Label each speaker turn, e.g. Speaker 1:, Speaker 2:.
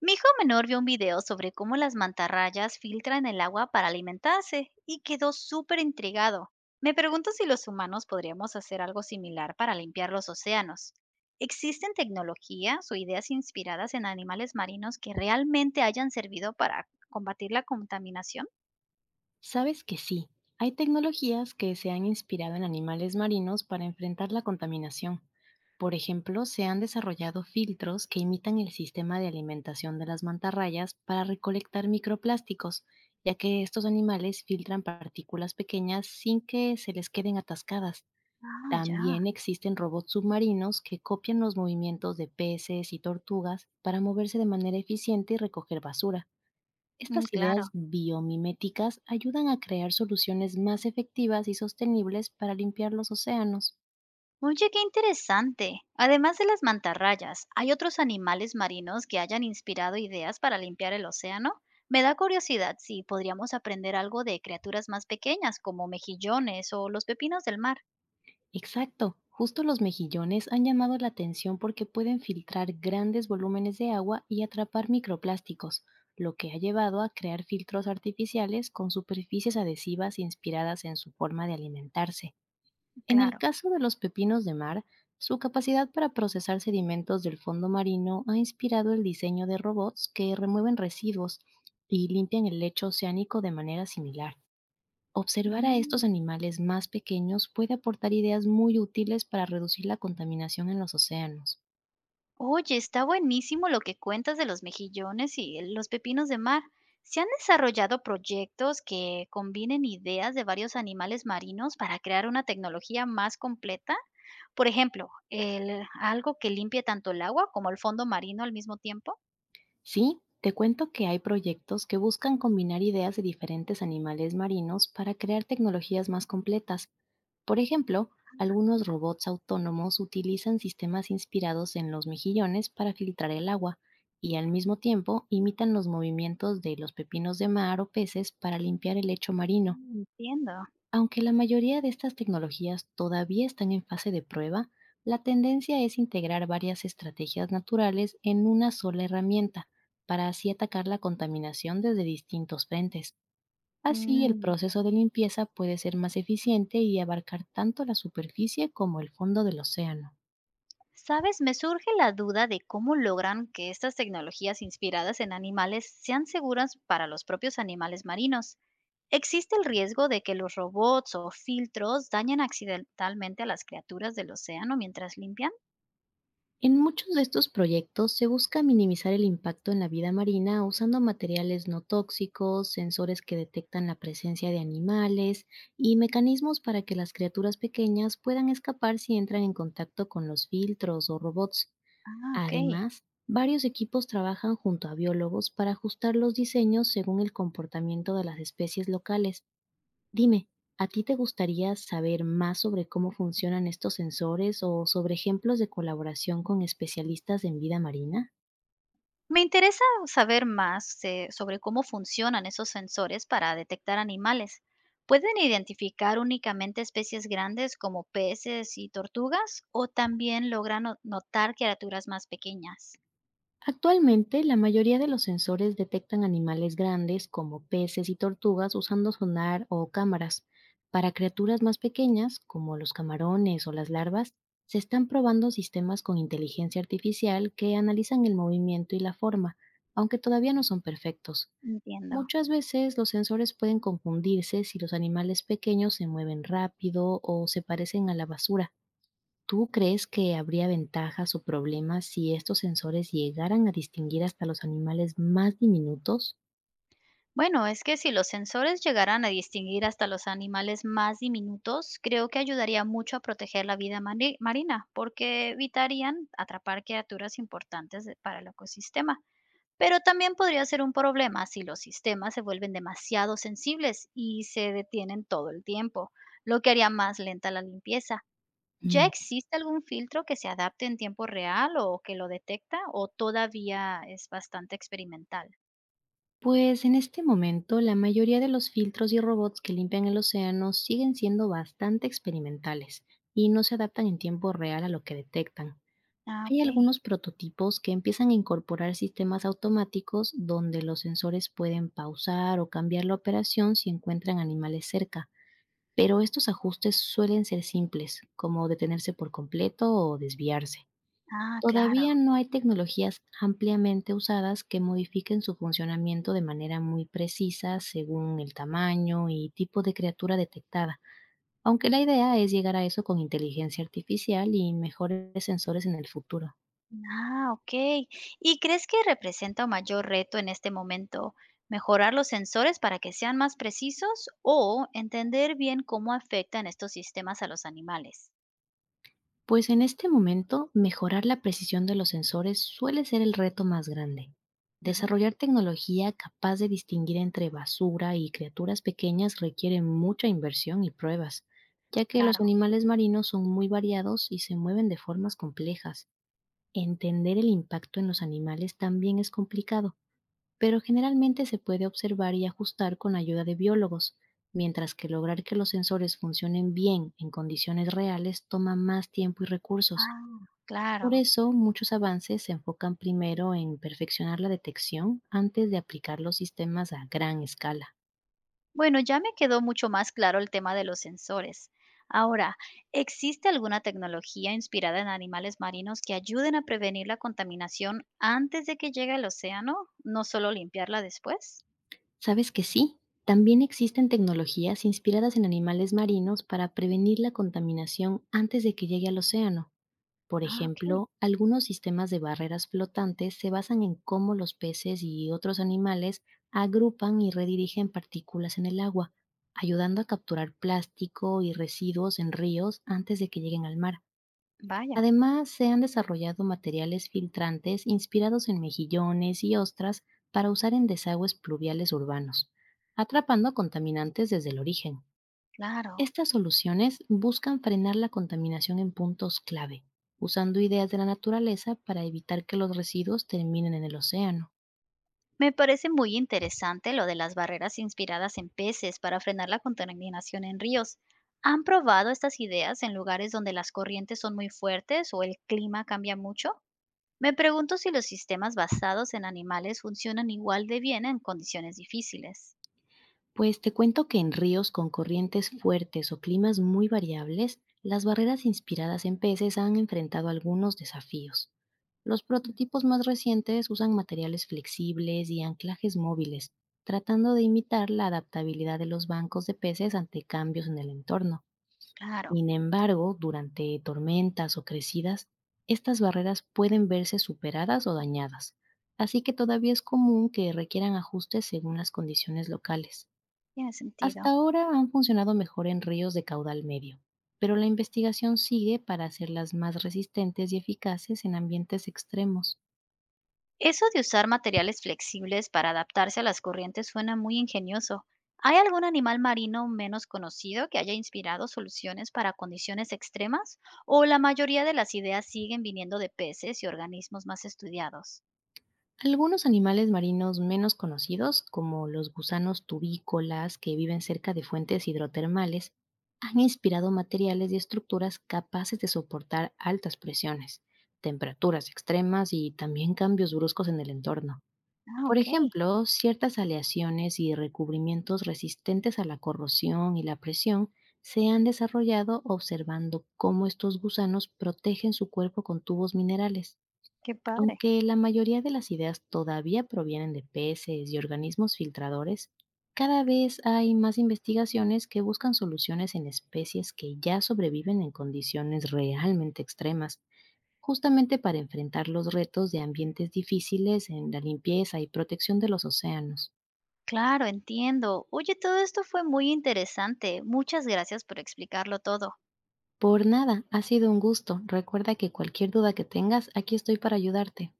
Speaker 1: Mi hijo menor vio un video sobre cómo las mantarrayas filtran el agua para alimentarse y quedó súper intrigado. Me pregunto si los humanos podríamos hacer algo similar para limpiar los océanos. ¿Existen tecnologías o ideas inspiradas en animales marinos que realmente hayan servido para combatir la contaminación?
Speaker 2: Sabes que sí, hay tecnologías que se han inspirado en animales marinos para enfrentar la contaminación. Por ejemplo, se han desarrollado filtros que imitan el sistema de alimentación de las mantarrayas para recolectar microplásticos, ya que estos animales filtran partículas pequeñas sin que se les queden atascadas.
Speaker 1: Ah, ya.
Speaker 2: También existen robots submarinos que copian los movimientos de peces y tortugas para moverse de manera eficiente y recoger basura.
Speaker 1: Mm,
Speaker 2: Estas ideas
Speaker 1: claro.
Speaker 2: biomiméticas ayudan a crear soluciones más efectivas y sostenibles para limpiar los océanos.
Speaker 1: Oye, qué interesante. Además de las mantarrayas, ¿hay otros animales marinos que hayan inspirado ideas para limpiar el océano? Me da curiosidad si podríamos aprender algo de criaturas más pequeñas como mejillones o los pepinos del mar.
Speaker 2: Exacto, justo los mejillones han llamado la atención porque pueden filtrar grandes volúmenes de agua y atrapar microplásticos, lo que ha llevado a crear filtros artificiales con superficies adhesivas inspiradas en su forma de alimentarse. En el
Speaker 1: Claro.
Speaker 2: caso de los pepinos de mar, su capacidad para procesar sedimentos del fondo marino ha inspirado el diseño de robots que remueven residuos y limpian el lecho oceánico de manera similar. Observar a
Speaker 1: Mm,
Speaker 2: estos animales más pequeños puede aportar ideas muy útiles para reducir la contaminación en los océanos.
Speaker 1: Oye, está buenísimo lo que cuentas de los mejillones y los pepinos de mar. ¿Se han desarrollado proyectos que combinen ideas de varios animales marinos para crear una tecnología más completa? Por ejemplo, el algo que limpie tanto el agua como el fondo marino al mismo tiempo.
Speaker 2: Sí, te cuento que hay proyectos que buscan combinar ideas de diferentes animales marinos para crear tecnologías más completas. Por ejemplo, algunos robots autónomos utilizan sistemas inspirados en los mejillones para filtrar el agua, y al mismo tiempo imitan los movimientos de los pepinos de mar o peces para limpiar el lecho marino.
Speaker 1: Mm, entiendo.
Speaker 2: Aunque la mayoría de estas tecnologías todavía están en fase de prueba, la tendencia es integrar varias estrategias naturales en una sola herramienta para así atacar la contaminación desde distintos frentes. Así, el
Speaker 1: Mm,
Speaker 2: proceso de limpieza puede ser más eficiente y abarcar tanto la superficie como el fondo del océano.
Speaker 1: ¿Sabes? Me surge la duda de cómo logran que estas tecnologías inspiradas en animales sean seguras para los propios animales marinos. ¿Existe el riesgo de que los robots o filtros dañen accidentalmente a las criaturas del océano mientras limpian?
Speaker 2: En muchos de estos proyectos se busca minimizar el impacto en la vida marina usando materiales no tóxicos, sensores que detectan la presencia de animales y mecanismos para que las criaturas pequeñas puedan escapar si entran en contacto con los filtros o robots.
Speaker 1: Ah, ok.
Speaker 2: Además, varios equipos trabajan junto a biólogos para ajustar los diseños según el comportamiento de las especies locales. Dime, ¿a ti te gustaría saber más sobre cómo funcionan estos sensores o sobre ejemplos de colaboración con especialistas en vida marina?
Speaker 1: Me interesa saber más sobre cómo funcionan esos sensores para detectar animales. ¿Pueden identificar únicamente especies grandes como peces y tortugas o también logran notar criaturas más pequeñas?
Speaker 2: Actualmente, la mayoría de los sensores detectan animales grandes como peces y tortugas usando sonar o cámaras. Para criaturas más pequeñas, como los camarones o las larvas, se están probando sistemas con inteligencia artificial que analizan el movimiento y la forma, aunque todavía no son perfectos.
Speaker 1: Entiendo.
Speaker 2: Muchas veces los sensores pueden confundirse si los animales pequeños se mueven rápido o se parecen a la basura. ¿Tú crees que habría ventajas o problemas si estos sensores llegaran a distinguir hasta los animales más diminutos?
Speaker 1: Bueno, es que si los sensores llegaran a distinguir hasta los animales más diminutos, creo que ayudaría mucho a proteger la vida marina, porque evitarían atrapar criaturas importantes para el ecosistema. Pero también podría ser un problema si los sistemas se vuelven demasiado sensibles y se detienen todo el tiempo, lo que haría más lenta la limpieza. ¿Ya
Speaker 2: Mm,
Speaker 1: existe algún filtro que se adapte en tiempo real o que lo detecta o todavía es bastante experimental?
Speaker 2: Pues en este momento la mayoría de los filtros y robots que limpian el océano siguen siendo bastante experimentales y no se adaptan en tiempo real a lo que detectan.
Speaker 1: Ah, ok.
Speaker 2: Hay algunos prototipos que empiezan a incorporar sistemas automáticos donde los sensores pueden pausar o cambiar la operación si encuentran animales cerca, pero estos ajustes suelen ser simples, como detenerse por completo o desviarse.
Speaker 1: Ah,
Speaker 2: Todavía
Speaker 1: claro.
Speaker 2: no hay tecnologías ampliamente usadas que modifiquen su funcionamiento de manera muy precisa según el tamaño y tipo de criatura detectada, aunque la idea es llegar a eso con inteligencia artificial y mejores sensores en el futuro.
Speaker 1: Ah, ok. ¿Y crees que representa un mayor reto en este momento mejorar los sensores para que sean más precisos o entender bien cómo afectan estos sistemas a los animales?
Speaker 2: Pues en este momento, mejorar la precisión de los sensores suele ser el reto más grande.
Speaker 1: Ujú.
Speaker 2: Desarrollar tecnología capaz de distinguir entre basura y criaturas pequeñas requiere mucha inversión y pruebas, ya que los
Speaker 1: Claro.
Speaker 2: animales marinos son muy variados y se mueven de formas complejas. Entender el impacto en los animales también es complicado, pero generalmente se puede observar y ajustar con ayuda de biólogos, mientras que lograr que los sensores funcionen bien en condiciones reales toma más tiempo y recursos.
Speaker 1: Ah,
Speaker 2: Por
Speaker 1: claro.
Speaker 2: eso, muchos avances se enfocan primero en perfeccionar la detección antes de aplicar los sistemas a gran escala.
Speaker 1: Bueno, ya me quedó mucho más claro el tema de los sensores. Ahora, ¿existe alguna tecnología inspirada en animales marinos que ayuden a prevenir la contaminación antes de que llegue al océano, no solo limpiarla después?
Speaker 2: ¿Sabes que sí? También existen tecnologías inspiradas en animales marinos para prevenir la contaminación antes de que llegue al océano. Por
Speaker 1: Ah, ok.
Speaker 2: ejemplo, algunos sistemas de barreras flotantes se basan en cómo los peces y otros animales agrupan y redirigen partículas en el agua, ayudando a capturar plástico y residuos en ríos antes de que lleguen al mar.
Speaker 1: Vaya,
Speaker 2: Además, se han desarrollado materiales filtrantes inspirados en mejillones y ostras para usar en desagües pluviales urbanos, atrapando contaminantes desde el origen.
Speaker 1: claro.
Speaker 2: Estas soluciones buscan frenar la contaminación en puntos clave, usando ideas de la naturaleza para evitar que los residuos terminen en el océano.
Speaker 1: Me parece muy interesante lo de las barreras inspiradas en peces para frenar la contaminación en ríos. ¿Han probado estas ideas en lugares donde las corrientes son muy fuertes o el clima cambia mucho? Me pregunto si los sistemas basados en animales funcionan igual de bien en condiciones difíciles.
Speaker 2: Pues te cuento que en ríos con corrientes fuertes o climas muy variables, las barreras inspiradas en peces han enfrentado algunos desafíos. Los
Speaker 1: Mm.
Speaker 2: prototipos más recientes usan materiales flexibles y anclajes móviles, tratando de imitar la adaptabilidad de los bancos de peces ante cambios en el entorno.
Speaker 1: Claro,
Speaker 2: Sin embargo, durante tormentas o crecidas, estas barreras pueden verse superadas o dañadas, así que todavía es común que requieran ajustes según las condiciones locales.
Speaker 1: tiene
Speaker 2: Hasta
Speaker 1: sentido.
Speaker 2: ahora han funcionado mejor en ríos de caudal medio, pero la investigación sigue para hacerlas más resistentes y eficaces en ambientes extremos.
Speaker 1: Eso de usar materiales flexibles para adaptarse a las corrientes suena muy ingenioso. ¿Hay algún animal marino menos conocido que haya inspirado soluciones para condiciones extremas? ¿O la mayoría de las ideas siguen viniendo de peces y organismos más estudiados?
Speaker 2: Algunos animales marinos menos conocidos, como los gusanos tubícolas que viven cerca de fuentes hidrotermales, han inspirado materiales y estructuras capaces de soportar altas presiones, temperaturas extremas y también cambios bruscos en el entorno.
Speaker 1: Ah,
Speaker 2: Por
Speaker 1: ok,
Speaker 2: ejemplo, ciertas aleaciones y recubrimientos resistentes a la corrosión y la presión se han desarrollado observando cómo estos gusanos protegen su cuerpo con tubos minerales.
Speaker 1: qué padre.
Speaker 2: Aunque la mayoría de las ideas todavía provienen de peces y organismos filtradores, cada vez hay más investigaciones que buscan soluciones en especies que ya sobreviven en condiciones realmente extremas, justamente para enfrentar los retos de ambientes difíciles en la limpieza y protección de los océanos.
Speaker 1: Claro, entiendo. Oye, todo esto fue muy interesante. Muchas gracias por explicarlo todo.
Speaker 2: Por nada, ha sido un gusto. Recuerda que cualquier duda que tengas, aquí estoy para ayudarte.